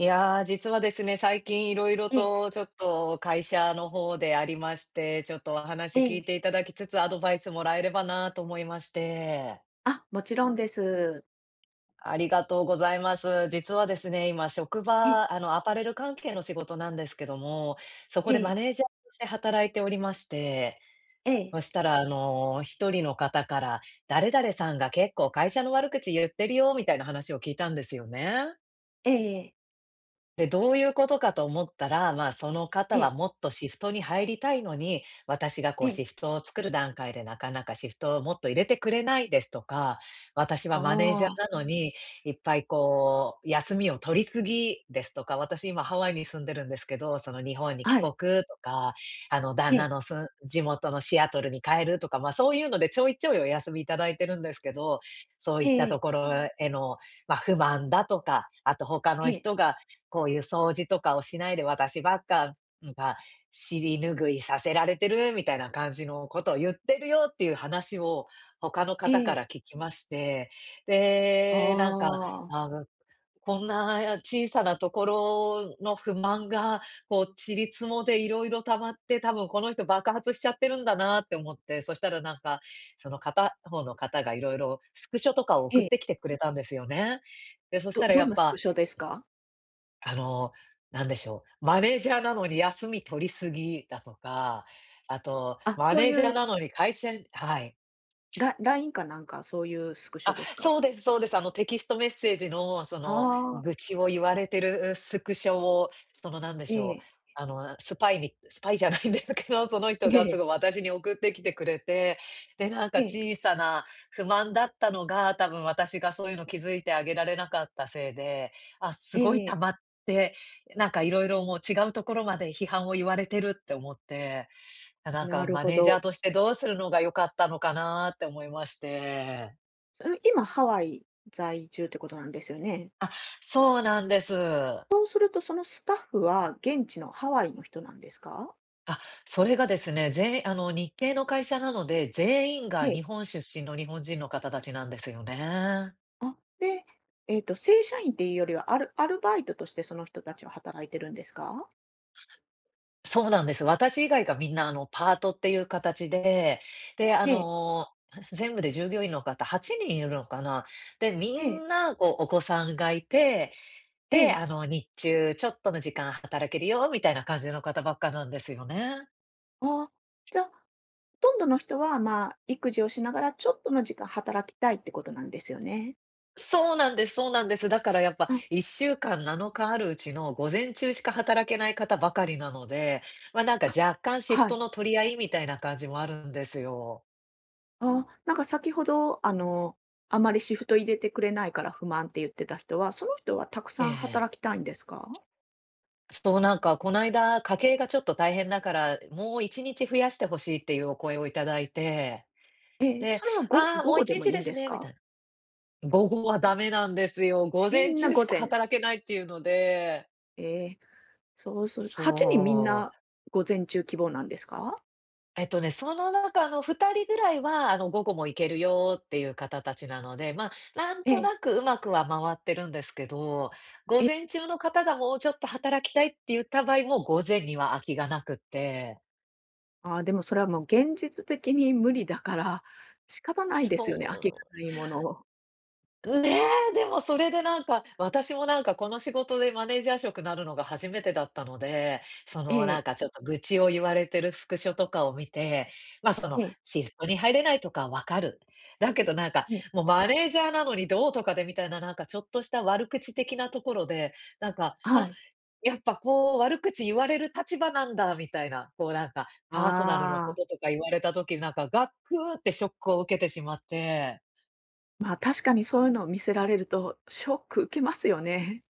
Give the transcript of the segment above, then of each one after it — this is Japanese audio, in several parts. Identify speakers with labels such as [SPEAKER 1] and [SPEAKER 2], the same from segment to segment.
[SPEAKER 1] いやー、実はですね、最近いろいろ
[SPEAKER 2] ええ、
[SPEAKER 1] とちょっと会社の方でありまして、ちょっとお話聞
[SPEAKER 2] ええ。
[SPEAKER 1] いていただきつつ、アドバイスもらえればなと思いまして。
[SPEAKER 2] あ、もちろんです。
[SPEAKER 1] ありがとうございます。実はですね、今職
[SPEAKER 2] ええ、
[SPEAKER 1] 場、アパレル関係の仕事なんですけども、そこ
[SPEAKER 2] え
[SPEAKER 1] でマ
[SPEAKER 2] え、
[SPEAKER 1] ネージャーとして働いておりまして、
[SPEAKER 2] ええ、
[SPEAKER 1] そしたら、一人の方から、誰々さんが結構会社の悪口言ってるよみたいな話を聞いたんですよね。
[SPEAKER 2] ええ、
[SPEAKER 1] で、どういうことかと思ったら、まあ、その
[SPEAKER 2] え
[SPEAKER 1] 方は
[SPEAKER 2] え、
[SPEAKER 1] もっとシフトに入りたいのに、私が
[SPEAKER 2] え
[SPEAKER 1] こう
[SPEAKER 2] え。
[SPEAKER 1] シフトを作る段階でなかなかシフトをもっと入れてくれないですとか、私は
[SPEAKER 2] あ
[SPEAKER 1] マネージャー
[SPEAKER 2] あ、
[SPEAKER 1] なのに、いっぱいこう、休みを取りすぎですとか、私今ハワイに住んでるんですけど、その日本に帰
[SPEAKER 2] はい。
[SPEAKER 1] 国とか、あの
[SPEAKER 2] え
[SPEAKER 1] 旦那
[SPEAKER 2] え、
[SPEAKER 1] の地元のシアトルに帰るとか、まあ、そういうのでちょいちょいお休みいただいてるんですけど、そう
[SPEAKER 2] え
[SPEAKER 1] いった
[SPEAKER 2] え、
[SPEAKER 1] ところへの、まあ、不満だとか、あと他
[SPEAKER 2] え
[SPEAKER 1] の
[SPEAKER 2] え、
[SPEAKER 1] 人がこういう掃除とかをしないで私ばっか、が、尻拭いさせられてるみたいな感じのことを言ってるよっていう話を他の
[SPEAKER 2] え
[SPEAKER 1] 方か
[SPEAKER 2] え。
[SPEAKER 1] ら聞きまして、で、なんか、
[SPEAKER 2] ああ、
[SPEAKER 1] あの、こんな小さなところの不満が、こう、ちりつもでいろいろ溜まって、多分この人爆発しちゃってるんだなって思って、そしたらなんか、その片方の方がいろいろスクショとかを
[SPEAKER 2] え
[SPEAKER 1] 送っ
[SPEAKER 2] え。
[SPEAKER 1] てきてくれたんですよね。で、そし
[SPEAKER 2] ど
[SPEAKER 1] たら
[SPEAKER 2] ど
[SPEAKER 1] や
[SPEAKER 2] ん
[SPEAKER 1] っ
[SPEAKER 2] なスク
[SPEAKER 1] ぱ
[SPEAKER 2] ショですか？
[SPEAKER 1] あの、なんでしょう、マネージャーなのに休み取りすぎだとか、あと
[SPEAKER 2] あ、
[SPEAKER 1] マ
[SPEAKER 2] そう
[SPEAKER 1] ネージ
[SPEAKER 2] い
[SPEAKER 1] ャー
[SPEAKER 2] う
[SPEAKER 1] なのに会社。はい。
[SPEAKER 2] ラインかなんか、そういうスクショ
[SPEAKER 1] あ、
[SPEAKER 2] ですか？
[SPEAKER 1] そうですそうです。テキストメッセージの、その、
[SPEAKER 2] ああ、
[SPEAKER 1] 愚痴を言われてる、スクショを、その、なんで
[SPEAKER 2] え
[SPEAKER 1] しょう、
[SPEAKER 2] え、
[SPEAKER 1] スパイじゃないんですけど、その人
[SPEAKER 2] え
[SPEAKER 1] がすご
[SPEAKER 2] え、
[SPEAKER 1] い私に送ってきてくれて、で、なんか
[SPEAKER 2] ええ、
[SPEAKER 1] 小さな不満だったのが、多分私がそういうの気づいてあげられなかったせいで、あ、す
[SPEAKER 2] え
[SPEAKER 1] ごい溜
[SPEAKER 2] え。
[SPEAKER 1] まって、なんかいろいろもう違うところまで批判を言われてるって思って、なんか
[SPEAKER 2] なる
[SPEAKER 1] マ
[SPEAKER 2] ほ
[SPEAKER 1] ネージャ
[SPEAKER 2] ど。
[SPEAKER 1] ーとしてどうするのが良かったのかなって思いまして。
[SPEAKER 2] それ今ハワイ在住ってことなんですよね？
[SPEAKER 1] そうなんです。
[SPEAKER 2] そうすると、そのスタッフは現地のハワイの人なんですか？
[SPEAKER 1] あ、それがですね、全員日系の会社なので、全員
[SPEAKER 2] え
[SPEAKER 1] が日
[SPEAKER 2] え。
[SPEAKER 1] 本出身の日本人の方たちなんですよね。
[SPEAKER 2] あ、で、正社員っていうよりは、アルバイトとしてその人たちは働いてるんですか？
[SPEAKER 1] そうなんです。私以外がみんな、パートっていう形で、で、
[SPEAKER 2] ええ、
[SPEAKER 1] 全部で従業員の方8人いるのかな。で、み
[SPEAKER 2] ええ、
[SPEAKER 1] んな、こう、お子さんがいて、
[SPEAKER 2] え
[SPEAKER 1] で、
[SPEAKER 2] え。
[SPEAKER 1] 日中ちょっとの時間働けるよみたいな感じの方ばっかなんですよね。
[SPEAKER 2] あ、じゃあ、ほとんどの人は、まあ、育児をしながらちょっとの時間働きたいってことなんですよね。
[SPEAKER 1] そうなんですそうなんです。だからやっぱ
[SPEAKER 2] あ、
[SPEAKER 1] 1週間7日あるうちの午前中しか働けない方ばかりなので、ま、なんか
[SPEAKER 2] あ、
[SPEAKER 1] 若干シフ
[SPEAKER 2] は
[SPEAKER 1] ト
[SPEAKER 2] い。
[SPEAKER 1] の取り合いみたいな感じもあるんですよ。
[SPEAKER 2] ああ、なんか先ほど、あまりシフト入れてくれないから不満って言ってた人は、その人はたくさん
[SPEAKER 1] ええ、
[SPEAKER 2] 働きたいんですか？
[SPEAKER 1] そう、なんかこの間家計がちょっと大変だから、もう1日増やしてほしいっていうお声をいただいて、
[SPEAKER 2] ええ、
[SPEAKER 1] で、
[SPEAKER 2] それは
[SPEAKER 1] ああ、
[SPEAKER 2] 午
[SPEAKER 1] もう
[SPEAKER 2] 後
[SPEAKER 1] 1
[SPEAKER 2] でも
[SPEAKER 1] 日
[SPEAKER 2] いい
[SPEAKER 1] で
[SPEAKER 2] んで
[SPEAKER 1] す
[SPEAKER 2] す
[SPEAKER 1] ねみた
[SPEAKER 2] か？
[SPEAKER 1] いな。午後は
[SPEAKER 2] あ、
[SPEAKER 1] ダメなんですよ。午
[SPEAKER 2] み
[SPEAKER 1] 前
[SPEAKER 2] んな
[SPEAKER 1] 中し
[SPEAKER 2] 午
[SPEAKER 1] か
[SPEAKER 2] 前。
[SPEAKER 1] 働けないっていうので。
[SPEAKER 2] ええ。そうする8人みん
[SPEAKER 1] そ
[SPEAKER 2] な
[SPEAKER 1] う。
[SPEAKER 2] 午前中希望なんですか？
[SPEAKER 1] その中の2人ぐらいは、午後も行けるよっていう方たちなので、まあ、なん
[SPEAKER 2] え
[SPEAKER 1] と
[SPEAKER 2] え。
[SPEAKER 1] なくうまくは回ってるんですけど、
[SPEAKER 2] え
[SPEAKER 1] 午
[SPEAKER 2] え、
[SPEAKER 1] 前中の方がもうちょっと働きたいって言った場合、も午前には空きがなくって、
[SPEAKER 2] ああ、でもそれはもう現実的に無理だから、仕方ないで
[SPEAKER 1] そ
[SPEAKER 2] すよね、空きが
[SPEAKER 1] う
[SPEAKER 2] ないものを。
[SPEAKER 1] ね、でもそれでなんか、私もなんかこの仕事でマネージャー職なるのが初めてだったので、そ
[SPEAKER 2] え
[SPEAKER 1] のな
[SPEAKER 2] え、
[SPEAKER 1] んかちょっと愚痴を言われてるスクショとかを見て、ま、そ
[SPEAKER 2] え
[SPEAKER 1] の
[SPEAKER 2] え、
[SPEAKER 1] シフトに入れないとかわかる。だけどなんか、
[SPEAKER 2] ええ、
[SPEAKER 1] もうマネージャーなのにどうとかでみたいななんかちょっとした悪口的なところで、なんか、
[SPEAKER 2] は
[SPEAKER 1] あ、
[SPEAKER 2] い。
[SPEAKER 1] やっぱこう悪口言われる立場なんだみたいな、こうなんかパーソナルのこ
[SPEAKER 2] ああ、
[SPEAKER 1] ととか言われた時、なんかガクってショックを受けてしまって。
[SPEAKER 2] まあ、確かにそういうのを見せられるとショック受けますよね。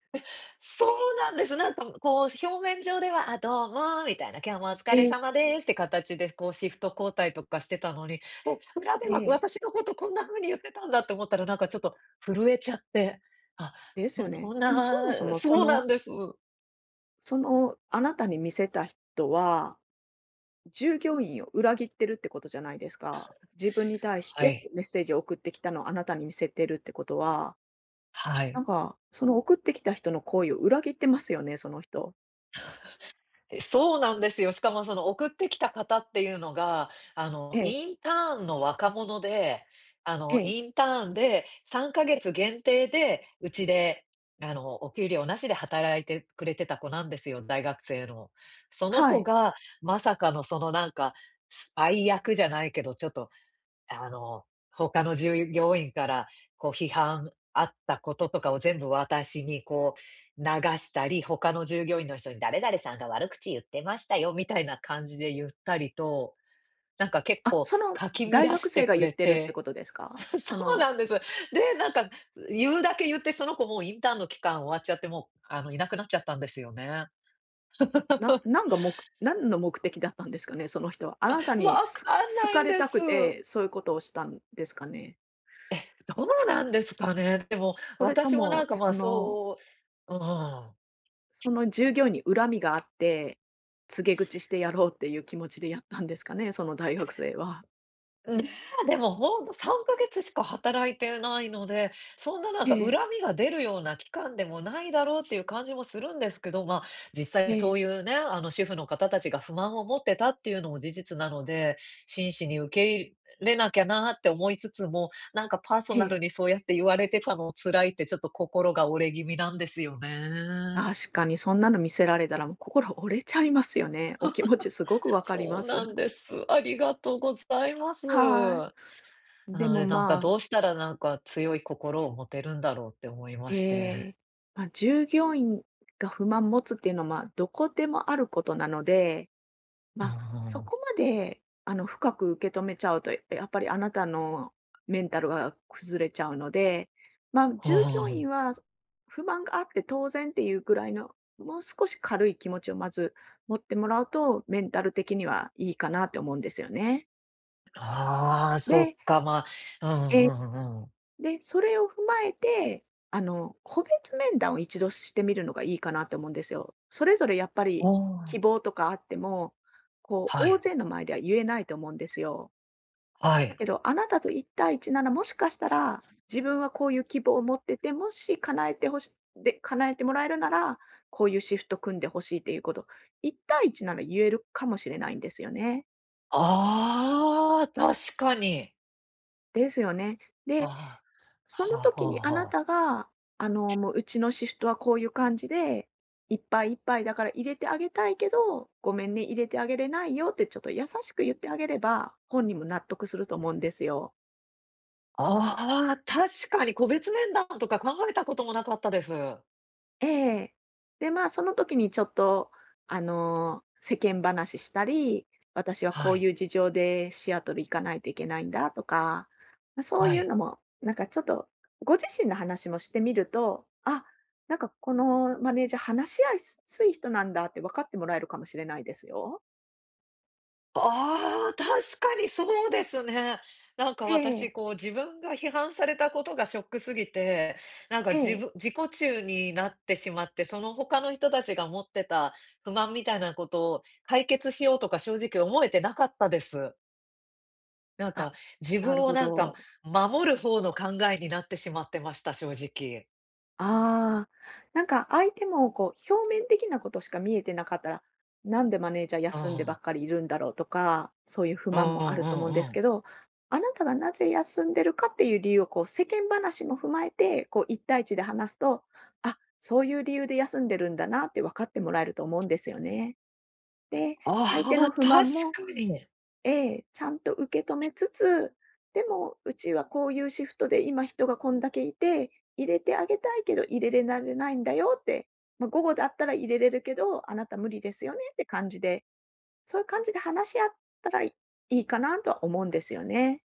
[SPEAKER 1] そうなんです。なんか、こう、表面上では、あ、どうも、みたいな、今日もお疲
[SPEAKER 2] え
[SPEAKER 1] れ
[SPEAKER 2] え、
[SPEAKER 1] 様ですって形で、こう、シフト交代とかしてたのに、え、裏で
[SPEAKER 2] え
[SPEAKER 1] は
[SPEAKER 2] え、
[SPEAKER 1] 私のことこんな風に言ってたんだって思ったら、なんかちょっと震えちゃって、あ、
[SPEAKER 2] です
[SPEAKER 1] こ
[SPEAKER 2] よ
[SPEAKER 1] ん
[SPEAKER 2] ね。
[SPEAKER 1] こん
[SPEAKER 2] でもそもそ
[SPEAKER 1] な
[SPEAKER 2] もそ
[SPEAKER 1] そうな
[SPEAKER 2] の
[SPEAKER 1] んです。
[SPEAKER 2] そのあなたに見せた人は従業員を裏切ってるってことじゃないですか。自分に対し
[SPEAKER 1] は
[SPEAKER 2] て
[SPEAKER 1] い、
[SPEAKER 2] メッセージを送ってきたのをあなたに見せてるってことは、
[SPEAKER 1] は
[SPEAKER 2] な
[SPEAKER 1] い。
[SPEAKER 2] んか、その送ってきた人の行為を裏切ってますよね、その人。
[SPEAKER 1] え、そうなんですよ。しかもその送ってきた方っていうのが、
[SPEAKER 2] ええ、
[SPEAKER 1] インターンの若者で、
[SPEAKER 2] ええ、
[SPEAKER 1] インターンで3ヶ月限定で、うちで、お給料なしで働いてくれてた子なんですよ、大学生の。その
[SPEAKER 2] は
[SPEAKER 1] 子
[SPEAKER 2] い。
[SPEAKER 1] が、まさかのそのなんか、スパイ役じゃないけど、ちょっとあの、他の従業員からこう批判あったこととかを全部私にこう流したり、他の従業員の人に誰々さんが悪口言ってましたよみたいな感じで言ったりと、なんか結
[SPEAKER 2] あ、
[SPEAKER 1] 構
[SPEAKER 2] その
[SPEAKER 1] かき
[SPEAKER 2] 大
[SPEAKER 1] 乱
[SPEAKER 2] 学
[SPEAKER 1] し
[SPEAKER 2] 生
[SPEAKER 1] て
[SPEAKER 2] が
[SPEAKER 1] く
[SPEAKER 2] 言っ
[SPEAKER 1] れ
[SPEAKER 2] てるって
[SPEAKER 1] て
[SPEAKER 2] ことです か？
[SPEAKER 1] そうなんです。で、なんか言うだけ言って、その子もうインターンの期間終わっちゃって、もういなくなっちゃったんですよね。
[SPEAKER 2] なな んが目何の目的だったんですかね、その人は。あなたに
[SPEAKER 1] わかん
[SPEAKER 2] 好
[SPEAKER 1] ない
[SPEAKER 2] か
[SPEAKER 1] ん
[SPEAKER 2] れ
[SPEAKER 1] で
[SPEAKER 2] た
[SPEAKER 1] す。
[SPEAKER 2] くて、そういうことをしたんですかね？
[SPEAKER 1] どうなんですかね。でも、
[SPEAKER 2] それと
[SPEAKER 1] 私もなん
[SPEAKER 2] も、
[SPEAKER 1] かま
[SPEAKER 2] そ
[SPEAKER 1] あ
[SPEAKER 2] の
[SPEAKER 1] そう、うん。
[SPEAKER 2] その従業員に恨みがあって、告げ口してやろうっていう気持ちでやったんですかね、その大学生は。
[SPEAKER 1] うん、ねえ、でもほんと3か月しか働いてないので、そんななん
[SPEAKER 2] え
[SPEAKER 1] か恨
[SPEAKER 2] え、
[SPEAKER 1] みが出るような期間でもないだろうっていう感じもするんですけど、まあ、実
[SPEAKER 2] え
[SPEAKER 1] 際そ
[SPEAKER 2] え、
[SPEAKER 1] ういうね、主婦の方たちが不満を持ってたっていうのも事実なので、真摯に受け入れなきゃなって思いつつも、なんかパーソ
[SPEAKER 2] え
[SPEAKER 1] ナル
[SPEAKER 2] え。
[SPEAKER 1] にそうやって言われてたの辛いってちょっと心が折れ気味なんですよね。
[SPEAKER 2] 確かにそんなの見せられたらもう心折れちゃいますよね。お気持ちすごくわかり
[SPEAKER 1] そ
[SPEAKER 2] ま
[SPEAKER 1] うなん
[SPEAKER 2] す。
[SPEAKER 1] です。ありがとうございます。
[SPEAKER 2] はい。
[SPEAKER 1] な
[SPEAKER 2] で
[SPEAKER 1] の
[SPEAKER 2] も
[SPEAKER 1] で、なんか
[SPEAKER 2] まあ、
[SPEAKER 1] どうしたらなんか強い心を持てるんだろうって思いま
[SPEAKER 2] え
[SPEAKER 1] して。
[SPEAKER 2] え、まあ、従業員が不満持つっていうのは、まあ、どこでもあることなので、ま
[SPEAKER 1] うん
[SPEAKER 2] あ、
[SPEAKER 1] うん
[SPEAKER 2] そ
[SPEAKER 1] うん。
[SPEAKER 2] こまで、あの、深く受け止めちゃうと、やっぱりあなたのメンタルが崩れちゃうので、まあ、
[SPEAKER 1] うん
[SPEAKER 2] 従業
[SPEAKER 1] うん。
[SPEAKER 2] 員は不満があって当然っていうぐらいの、もう少し軽い気持ちをまず持ってもらうと、メンタル的にはいいかなって思うんですよね。
[SPEAKER 1] ああ、そっ
[SPEAKER 2] で、
[SPEAKER 1] か、まあ、う
[SPEAKER 2] え、
[SPEAKER 1] んうん、
[SPEAKER 2] で、それを踏まえて、個別面談を一度してみるのがいいかなと思うんですよ。それぞれやっぱり希望とかあっても、こう大勢の前では言えないと思うんですよ。だけど、あなたと1対1なら、もしかしたら、自分はこういう希望を持ってて、もし叶えてほしで、叶えてもらえるなら、こういうシフト組んでほしいっていうこと、1対1なら言えるかもしれないんですよね。
[SPEAKER 1] ああ、そっか、まあ、うんうんうん、おー、はいはい、ああ、確かに。
[SPEAKER 2] ですよね。で、
[SPEAKER 1] ああ、
[SPEAKER 2] その
[SPEAKER 1] はあ
[SPEAKER 2] 時
[SPEAKER 1] は
[SPEAKER 2] にあ
[SPEAKER 1] あ
[SPEAKER 2] な
[SPEAKER 1] はあ。
[SPEAKER 2] たが、もううちのシフトはこういう感じで、いっぱいいっぱいだから入れてあげたいけど、ごめんね、入れてあげれないよってちょっと優しく言ってあげれば、本人も納得すると思うんですよ。
[SPEAKER 1] ああ、確かに個別面談とか考えたこともなかったです。は
[SPEAKER 2] ええ。で、まあ、その時にちょっと、世間話したり、私はこう
[SPEAKER 1] い、
[SPEAKER 2] いう事情でシアトル行かないといけないんだとか、ま、そう
[SPEAKER 1] は
[SPEAKER 2] いう
[SPEAKER 1] い。
[SPEAKER 2] のも、なんかちょっと、ご自身の話もしてみると、あ、なんかこのマネージャー話し合いすい人なんだって分かってもらえるかもしれないですよ。
[SPEAKER 1] ああ、確かにそうですね。なんか
[SPEAKER 2] え
[SPEAKER 1] 私、
[SPEAKER 2] え、
[SPEAKER 1] こう自分が批判されたことがショックすぎて、なんか
[SPEAKER 2] え
[SPEAKER 1] 自
[SPEAKER 2] え。
[SPEAKER 1] 分自己中になってしまって、その他の人たちが持ってた不満みたいなことを解決しようとか正直思えてなかったです。なん
[SPEAKER 2] あ、
[SPEAKER 1] か自
[SPEAKER 2] なる
[SPEAKER 1] 分を
[SPEAKER 2] ほ
[SPEAKER 1] なんか
[SPEAKER 2] ど。
[SPEAKER 1] 守る方の考えになってしまってました、正直。
[SPEAKER 2] ああ、なんか相手もこう、表面的なことしか見えてなかったら、なんでマネージャー
[SPEAKER 1] う
[SPEAKER 2] 休んでば
[SPEAKER 1] ん。
[SPEAKER 2] っかりいるんだろうとか、そういう不
[SPEAKER 1] う
[SPEAKER 2] 満もあ
[SPEAKER 1] ん
[SPEAKER 2] る
[SPEAKER 1] う
[SPEAKER 2] と思う
[SPEAKER 1] んう
[SPEAKER 2] んです
[SPEAKER 1] んう
[SPEAKER 2] け
[SPEAKER 1] ん。
[SPEAKER 2] ど、あなたがなぜ休んでるかっていう理由をこう世間話も踏まえて、こう一対一で話すと、あ、そういう理由で休んでるんだなって分かってもらえると思うんですよね。で、相手
[SPEAKER 1] ああ、
[SPEAKER 2] の
[SPEAKER 1] 確
[SPEAKER 2] 不満も、
[SPEAKER 1] かに。
[SPEAKER 2] ええ、ちゃんと受け止めつつ、でも、うちはこういうシフトで今人がこんだけいて、入れてあげたいけど入れれられないんだよって、まあ、午後だったら入れれるけど、あなた無理ですよねって感じで、そういう感じで話し合ったらいいかなとは思うんですよね。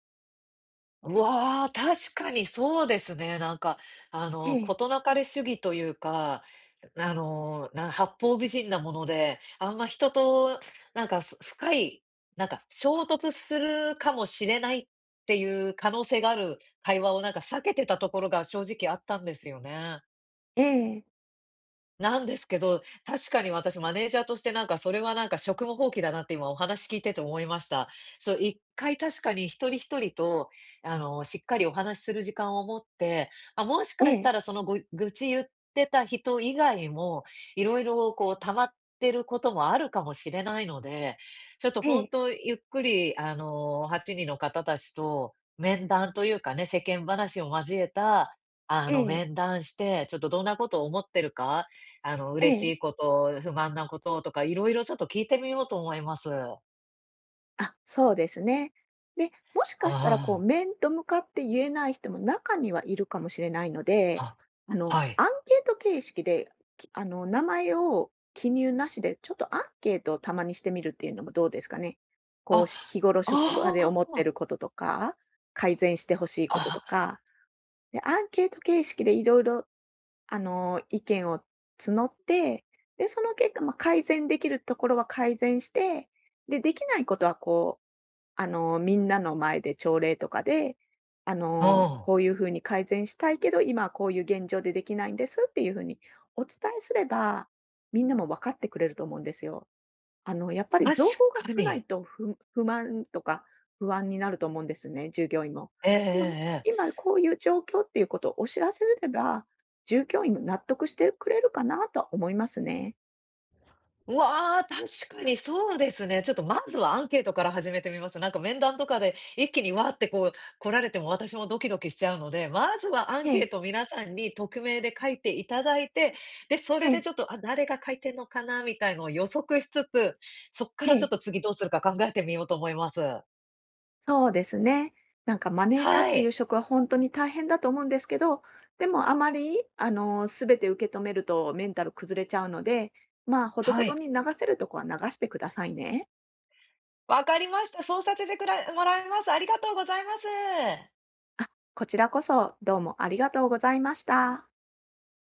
[SPEAKER 1] うわあ、確かにそうですね。なんか、事なかれ主義というか、八方美人なもので、あんま人となんか、深い、なんか衝突するかもしれないっていう可能性がある会話をなんか避けてたところが正直あったんですよね。
[SPEAKER 2] ええ、
[SPEAKER 1] なんですけど、確かに私マネージャーとしてなんかそれはなんか職務放棄だなって今お話聞いてて思いました。そう、一回確かに一人一人と、しっかりお話しする時間を持って、あ、もし
[SPEAKER 2] え
[SPEAKER 1] かし
[SPEAKER 2] え、
[SPEAKER 1] たらその愚痴言ってた人以外も、いろいろこう溜まってることもあるかもしれないので、ちょっと
[SPEAKER 2] え
[SPEAKER 1] 本
[SPEAKER 2] え、
[SPEAKER 1] 当ゆっくり8人の方たちと面談というかね、世間話を交えた、
[SPEAKER 2] ええ、
[SPEAKER 1] 面談して、ちょっとどんなことを思ってるか
[SPEAKER 2] ええ、
[SPEAKER 1] 嬉
[SPEAKER 2] え
[SPEAKER 1] し
[SPEAKER 2] え。
[SPEAKER 1] いこと、不満なこととか、いろいろちょっと聞いてみようと思います。あ
[SPEAKER 2] あ、そうですね。で、もしかしたらこう
[SPEAKER 1] あ、
[SPEAKER 2] 面と向かって言えない人も中にはいるかもしれないので、
[SPEAKER 1] あ、は
[SPEAKER 2] ア
[SPEAKER 1] い。
[SPEAKER 2] ンケート形式で、きあの、名前を記入なしで、ちょっとアンケートをたまにしてみるっていうのもどうですかね。こう、
[SPEAKER 1] あ、
[SPEAKER 2] 日頃
[SPEAKER 1] あ
[SPEAKER 2] 職場で思って
[SPEAKER 1] あ、
[SPEAKER 2] ることとか、改善してほしいこととか、で、アンケート形式でいろいろ、意見を募って、で、その結果、まあ、改善できるところは改善して、で、できないことはこう、みんなの前で朝礼とかで、
[SPEAKER 1] あ、
[SPEAKER 2] こういう風に改善したいけど、今はこういう現状でできないんですっていう風にお伝えすれば、みんなも分かってくれると思うんですよ。やっぱ
[SPEAKER 1] うん、
[SPEAKER 2] り
[SPEAKER 1] 確
[SPEAKER 2] 情報が
[SPEAKER 1] か
[SPEAKER 2] 少な
[SPEAKER 1] に。
[SPEAKER 2] いと不満とか不安になると思うんですね、従業員も。
[SPEAKER 1] えええ
[SPEAKER 2] でも、
[SPEAKER 1] えええ。
[SPEAKER 2] 今こういう状況っていうことをお知らせすれば、従業員も納得してくれるかなとは思いますね。
[SPEAKER 1] うわあ、確かにそうですね。ちょっとまずはアンケートから始めてみます。なんか面談とかで一気にわーってこう来られても私もドキドキしちゃうので、まずはアン
[SPEAKER 2] え
[SPEAKER 1] ケ
[SPEAKER 2] え、
[SPEAKER 1] ート皆さんに匿名で書いていただいて、で、それ
[SPEAKER 2] え
[SPEAKER 1] で
[SPEAKER 2] え、
[SPEAKER 1] ちょっと、あ、誰が書いてんのかなみたいのを予測しつつ、そっか
[SPEAKER 2] え
[SPEAKER 1] らちょっ
[SPEAKER 2] え。
[SPEAKER 1] と次どうするか考えてみようと思います。
[SPEAKER 2] そうですね。なんかマネージャーっ
[SPEAKER 1] は
[SPEAKER 2] ていう
[SPEAKER 1] い。
[SPEAKER 2] 職は本当に大変だと思うんですけど、でもあまり、全て受け止めるとメンタル崩れちゃうので、まあ、ほどほ
[SPEAKER 1] は
[SPEAKER 2] ど
[SPEAKER 1] い。
[SPEAKER 2] に流せるとこは流してくださいね。
[SPEAKER 1] わかりました。そうさせてもらいます。ありがとうございます。
[SPEAKER 2] あ、こちらこそどうもありがとうございました。